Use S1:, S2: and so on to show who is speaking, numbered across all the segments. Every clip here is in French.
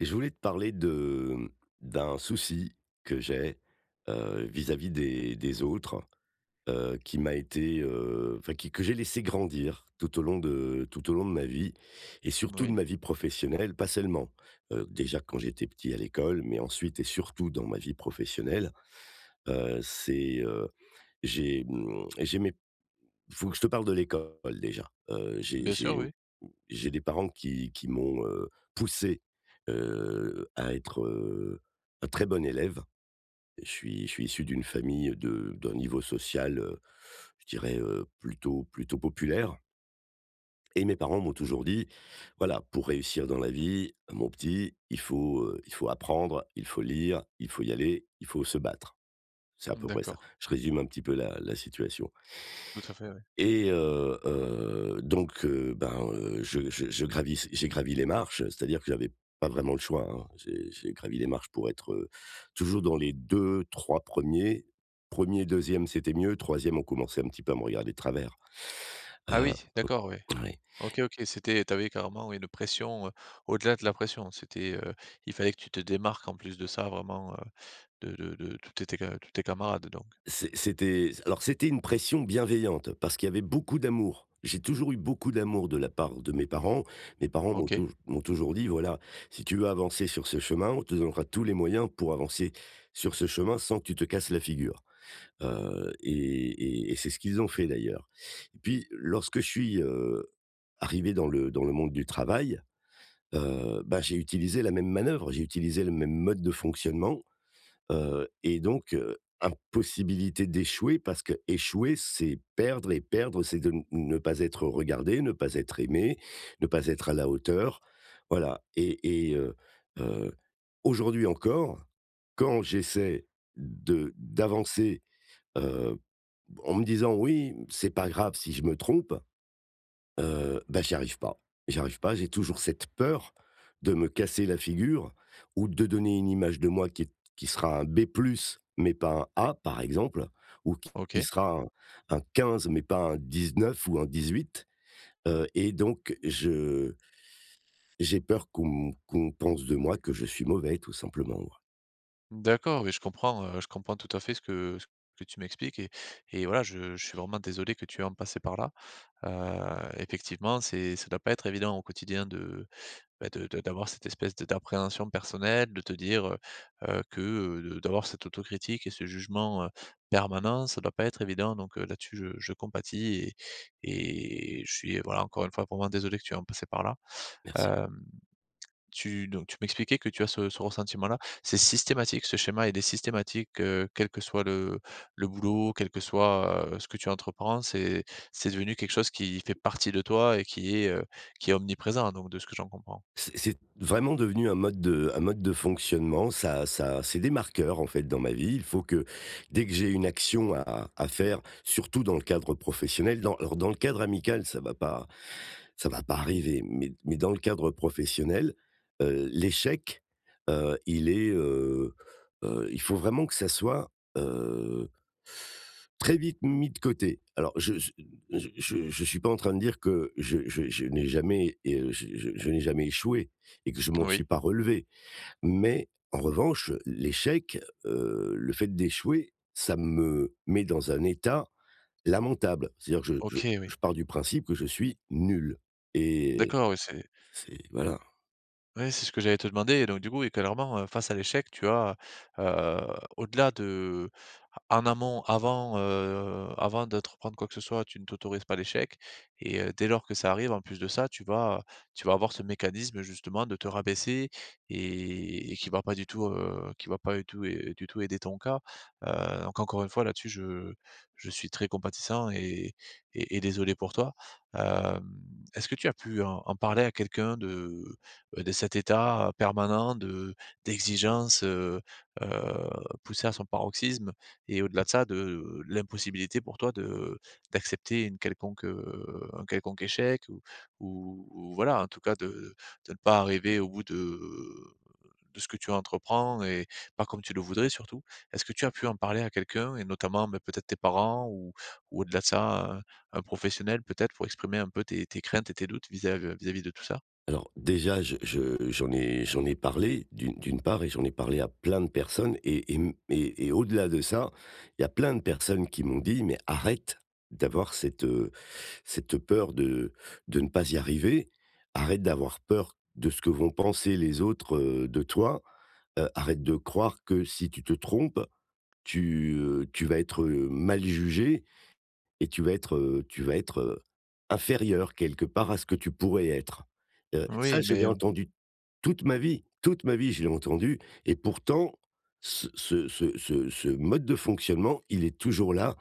S1: Je voulais te parler de d'un souci que j'ai, vis-à-vis des autres, qui m'a été, enfin qui que j'ai laissé grandir tout au long de ma vie et surtout de
S2: Oui,
S1: ma vie professionnelle, pas seulement, déjà quand j'étais petit à l'école, mais ensuite et surtout dans ma vie professionnelle, c'est, j'ai, mmh, j'aimais faut que je te parle de l'école déjà.
S2: bien sûr, oui.
S1: J'ai des parents qui m'ont, poussé, à être, un très bon élève. Je suis issu d'une famille de d'un niveau social, je dirais, plutôt populaire, et mes parents m'ont toujours dit: «Voilà, pour réussir dans la vie, mon petit, il faut apprendre, il faut lire, il faut y aller, il faut se battre». C'est à peu près ça.
S2: D'accord,
S1: Je résume un petit peu la situation.
S2: tout à fait, oui.
S1: Je gravis j'ai gravi les marches, c'est-à-dire que j'avais pas vraiment le choix, hein. J'ai gravi les marches pour être, toujours dans les deux, trois premiers. Premier, deuxième, c'était mieux. Troisième, on commençait un petit peu à me regarder de travers.
S2: Ah
S1: Heu,
S2: oui, d'accord, oui.
S1: mmh, ouais.
S2: OK, OK, c'était tu avais carrément oui, une pression, au-delà de la pression. C'était, il fallait que tu te démarques en plus de ça vraiment, de tous tes camarades donc.
S1: C'est c'était alors c'était une pression bienveillante parce qu'il y avait beaucoup d'amour. J'ai toujours eu beaucoup d'amour de la part de mes parents.
S2: OK,
S1: M'ont toujours dit: «Voilà, si tu veux avancer sur ce chemin, on te donnera tous les moyens pour avancer sur ce chemin sans que tu te casses la figure». Heu et c'est ce qu'ils ont fait d'ailleurs. Et puis lorsque je suis, arrivé dans le monde du travail, j'ai utilisé la même manœuvre, j'ai utilisé le même mode de fonctionnement. Donc, impossibilité d'échouer parce que échouer, c'est perdre, et perdre, c'est de n ne pas être regardé, ne pas être aimé, ne pas être à la hauteur. Voilà et et heu heu, Aujourd'hui encore, quand j'essaie de d'avancer, heu, en me disant: «Oui, c'est pas grave si je me trompe», j'y arrive pas. J'y arrive pas, j'ai toujours cette peur de me casser la figure ou de donner une image de moi qui sera un B+ mais pas un A, par exemple, ou qui
S2: OK.
S1: sera un 15 mais pas un 19 ou un 18, donc je j'ai peur qu'on pense de moi que je suis mauvais, tout simplement, ouais.
S2: D'accord, oui, je comprends tout à fait ce que tu m'expliques et et voilà, je suis vraiment désolé que tu aies à en passer par là. Effectivement, c'est ça doit pas être évident au quotidien de. Bah, de d'avoir cette espèce de d'appréhension personnelle, de te dire, que, de d'avoir cette autocritique et ce jugement, permanent, ça doit pas être évident donc là-dessus je compatis et je suis, voilà, encore une fois, vraiment désolé que tu en passé par là.
S1: Merci.
S2: Hem, tu donc tu m'expliquais que tu as ce ressentiment-là. C'est systématique, ce schéma, il est systématique, quel que soit le boulot, quel que soit, ce que tu entreprends, c'est devenu quelque chose qui fait partie de toi et qui est omniprésent donc de ce que j'en comprends?
S1: C'est vraiment devenu un mode de fonctionnement. Ça c'est des marqueurs, en fait, dans ma vie. Il faut que, dès que j'ai une action à faire, surtout dans le cadre professionnel, dans le cadre amical, ça va pas arriver, mais dans le cadre professionnel, l'échec, heu, il est, heu il faut vraiment que ça soit, heu, très vite mis de côté. Je je suis pas en train de dire que je n'ai jamais échoué et que je m'en
S2: Oui.
S1: suis pas relevé. Mais en revanche, l'échec, le fait d'échouer, ça me met dans un état lamentable. C'est-à-dire que je
S2: OK, oui.
S1: je pars du principe que je suis nul et
S2: D'accord, oui, c'est.
S1: c'est voilà.
S2: Oui, c'est ce que j'allais te demander et donc du coup, oui, clairement, face à l'échec, tu as, heu, au-delà de en amont, avant, avant d'entreprendre quoi que ce soit, tu ne t'autorises pas l'échec et dès lors que ça arrive, en plus de ça, tu vas avoir ce mécanisme justement de te rabaisser et qui va pas du tout, qui va pas du tout et du tout aider ton cas. Donc encore une fois, là-dessus, je suis très compatissant et désolé pour toi. Hem, est-ce que tu as pu en en parler à quelqu'un de cet état permanent de d'exigence, heu, poussé à son paroxysme et au-delà de ça, de l'impossibilité pour toi de d'accepter une quelconque, un quelconque échec ou voilà, en tout cas de ne pas arriver au bout de ce que tu entreprends et pas comme tu le voudrais surtout. Est-ce que tu as pu en parler à quelqu'un et notamment, bah, peut-être tes parents ou au-delà de ça, un professionnel peut-être pour exprimer un peu tes tes craintes et tes doutes vis-à-vis de tout ça?
S1: Alors déjà, je j'en ai parlé d'une part, et j'en ai parlé à plein de personnes, et au-delà de ça, il y a plein de personnes qui m'ont dit: «Mais arrête d'avoir cette, cette peur de ne pas y arriver. Arrête d'avoir peur de ce que vont penser les autres, de toi. Arrête de croire que si tu te trompes, tu vas être, mal jugé, et tu vas être, inférieur quelque part à ce que tu pourrais être. Ça,
S2: Oui,
S1: je l'ai
S2: mais.
S1: entendu toute ma vie, je l'ai entendu, et pourtant, ce mode de fonctionnement, il est toujours là.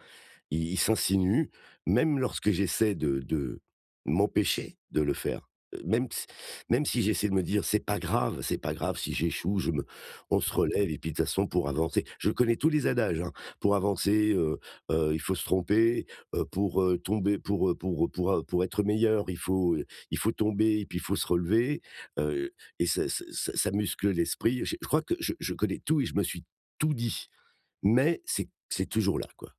S1: Il s'insinue même lorsque j'essaie de m'empêcher de le faire. Heu, même s Même si j'essaie de me dire: c'est pas grave si j'échoue, je me on se relève et puis de toute façon pour avancer», je connais tous les adages, hein. Pour avancer, il faut se tromper, tomber, pour être meilleur, il faut tomber et puis il faut se relever, euh, et ça muscle l'esprit. Je crois que je connais tout et je me suis tout dit, mais c'est toujours là, quoi.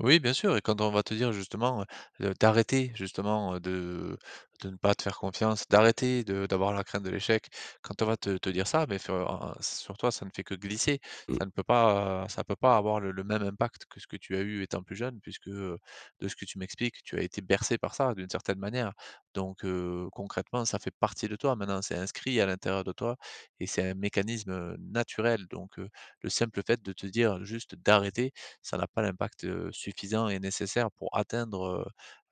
S2: Oui, bien sûr, et quand on va te dire justement, d'arrêter justement, de ne pas te faire confiance, d'arrêter de d'avoir la crainte de l'échec, quand on va te dire ça, mais sur un sur toi, ça ne fait que glisser.
S1: Mmh,
S2: Ça ne peut pas ça peut pas avoir le même impact que ce que tu as eu étant plus jeune puisque, de ce que tu m'expliques, tu as été bercé par ça d'une certaine manière. Donc, concrètement, ça fait partie de toi maintenant, c'est inscrit à l'intérieur de toi et c'est un mécanisme, naturel. Donc, le simple fait de te dire juste d'arrêter ça n'a pas l'impact, suffisant et nécessaire pour atteindre,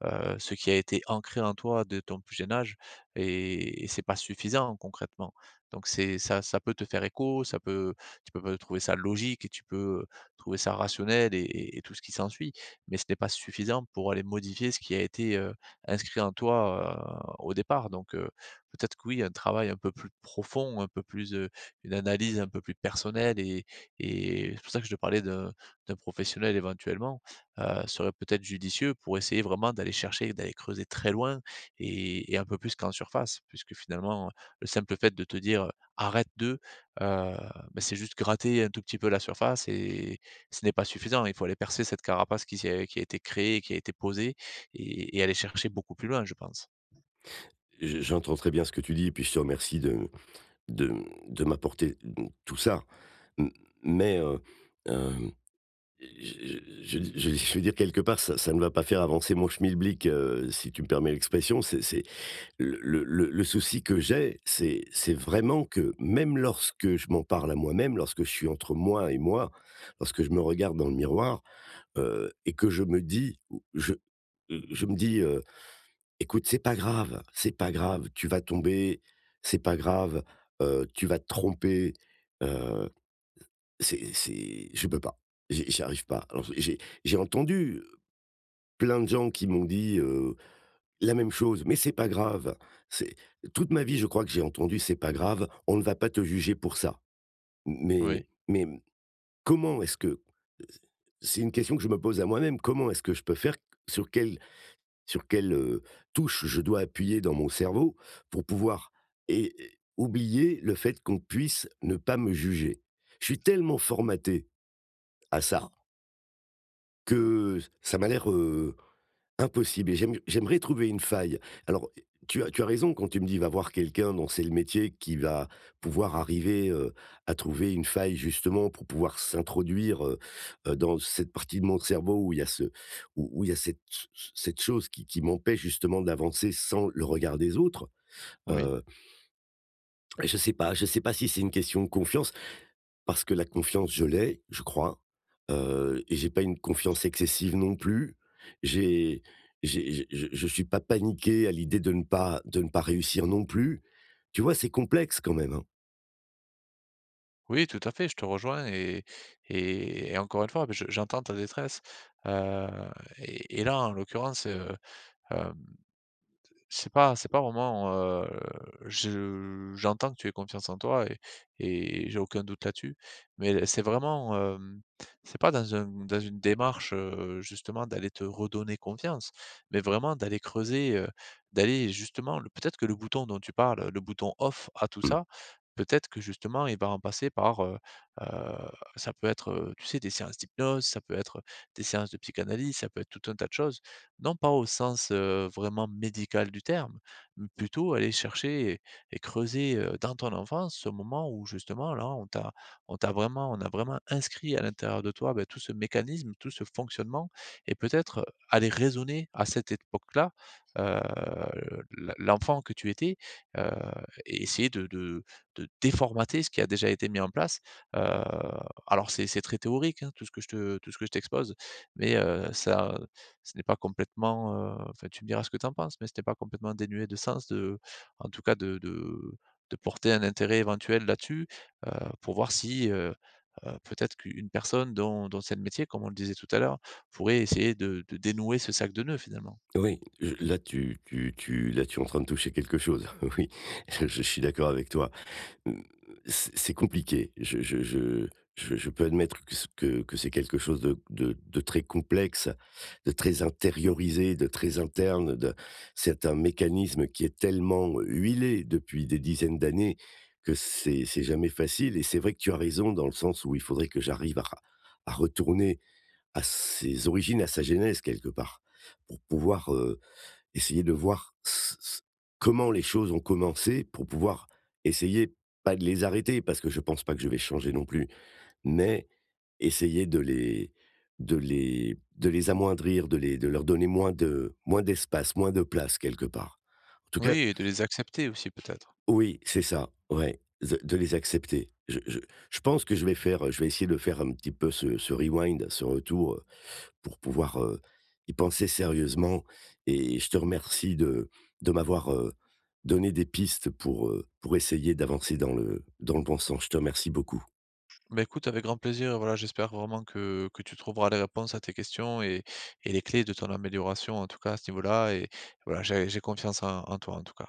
S2: ce qui a été ancré en toi de ton plus jeune âge et c'est pas suffisant concrètement. Donc c'est ça ça peut te faire écho, ça peut tu peux trouver ça logique et tu peux, trouver ça rationnel et tout ce qui s'ensuit, mais ce n'est pas suffisant pour aller modifier ce qui a été, inscrit en toi, au départ. Donc peut-être que oui, un travail un peu plus profond, un peu plus, une analyse un peu plus personnelle et c'est pour ça que je te parlais d'un d'un professionnel éventuellement, serait peut-être judicieux pour essayer vraiment d'aller chercher, d'aller creuser très loin et un peu plus qu'en surface. Puisque finalement, le simple fait de te dire, «Arrête de», bah, c'est juste gratter un tout petit peu la surface et ce n'est pas suffisant. Il faut aller percer cette carapace qui s'est qui a été créée, qui a été posée et aller chercher beaucoup plus loin, je pense.
S1: je j'entends très bien ce que tu dis et puis je te remercie de de de m'apporter, mmh, tout ça. M mais, hem, je veux dire quelque part, ça ne va pas faire avancer mon schmilblick, si tu me permets l'expression. C'est le souci que j'ai, c'est vraiment que même lorsque je m'en parle à moi-même, lorsque je suis entre moi et moi, lorsque je me regarde dans le miroir. Que je me dis, je je me dis, heu: «Écoute, c'est pas grave, tu vas tomber, c'est pas grave, tu vas te tromper». Heu, c'est je peux pas, j'y arrive pas. Alors j'ai entendu plein de gens qui m'ont dit, la même chose: «Mais c'est pas grave». C'est toute ma vie, je crois que j'ai entendu: «C'est pas grave, on ne va pas te juger pour ça».
S2: Oui,
S1: Mais comment est-ce que c'est une question que je me pose à moi-même, comment est-ce que je peux faire? Sur quel Sur quelle, touche je dois appuyer dans mon cerveau pour pouvoir et oublier le fait qu'on puisse ne pas me juger. Je suis tellement formaté à ça que ça m'a l'air, impossible, et j'aimerais trouver une faille. Alors, tu as raison quand tu me dis: «Va voir quelqu'un dont c'est le métier, qui va pouvoir arriver, à trouver une faille» justement pour pouvoir s'introduire, dans cette partie de mon cerveau où il y a ce où où il y a cette chose qui m'empêche justement d'avancer sans le regard des autres.
S2: oui.
S1: Heu, je sais pas, si c'est une question de confiance. Parce que la confiance, je l'ai, je crois, et j'ai pas une confiance excessive non plus. J'ai j'ai je suis pas paniqué à l'idée de ne pas réussir non plus. Tu vois, c'est complexe quand même, hein.
S2: Oui, tout à fait, je te rejoins et encore une fois, je j'entends ta détresse, heu et là, en l'occurrence, hem. C'est pas vraiment, je j'entends que tu aies confiance en toi et j'ai aucun doute là-dessus, mais c'est vraiment, hem, c'est pas dans un dans une démarche, justement d'aller te redonner confiance, mais vraiment d'aller creuser, d'aller justement le peut-être que le bouton dont tu parles, le bouton off à tout
S1: Mmh.
S2: ça, peut-être que justement il va en passer par, heu, ça peut être, tu sais, des séances d'hypnose, ça peut être des séances de psychanalyse, ça peut être tout un tas de choses non pas au sens, vraiment médical du terme, mais plutôt aller chercher et creuser, dans ton enfance ce moment où justement là on t'a vraiment on a vraiment inscrit à l'intérieur de toi, beh, tout ce mécanisme, tout ce fonctionnement et peut-être aller raisonner à cette époque-là, heu, l'enfant que tu étais, heu et essayer de de déformater ce qui a déjà été mis en place. Heu, alors c'est très théorique, hein, tout ce que je te tout ce que je t'expose, mais ça ce n'est pas complètement, enfin, tu me diras ce que tu en penses, mais ce n'est pas complètement dénué de sens de en tout cas de de porter un intérêt éventuel là-dessus, heu, pour voir si, peut-être qu'une personne dont c'est le métier, comme on le disait tout à l'heure, pourrait essayer de dénouer ce sac de nœuds finalement.
S1: Oui, là tu es en train de toucher quelque chose. Oui, je suis d'accord avec toi. Hum, C'est compliqué. Je peux admettre que c'est quelque chose de, de très complexe, de très intériorisé, de très interne. De- C'est un mécanisme qui est tellement huilé depuis des dizaines d'années que c'est jamais facile. Et c'est vrai que tu as raison dans le sens où il faudrait que j'arrive à retourner à ses origines, à sa genèse quelque part, pour pouvoir, essayer de voir s s comment les choses ont commencé, pour pouvoir essayer, pas de les arrêter parce que je pense pas que je vais changer non plus, mais essayer de les amoindrir, de leur donner moins de moins d'espace, moins de place quelque part. En tout cas,
S2: Oui et de les accepter aussi peut-être.
S1: oui, c'est ça, ouais, de les accepter. Je Je pense que je vais essayer de faire un petit peu ce rewind, ce retour, pour pouvoir, y penser sérieusement et je te remercie de m'avoir, donné des pistes pour essayer d'avancer dans le bon sens. Je te remercie beaucoup.
S2: Bah, écoute avec grand plaisir, voilà, j'espère vraiment que tu trouveras les réponses à tes questions et les clés de ton amélioration en tout cas à ce niveau-là et voilà, j'ai confiance en en toi en tout cas.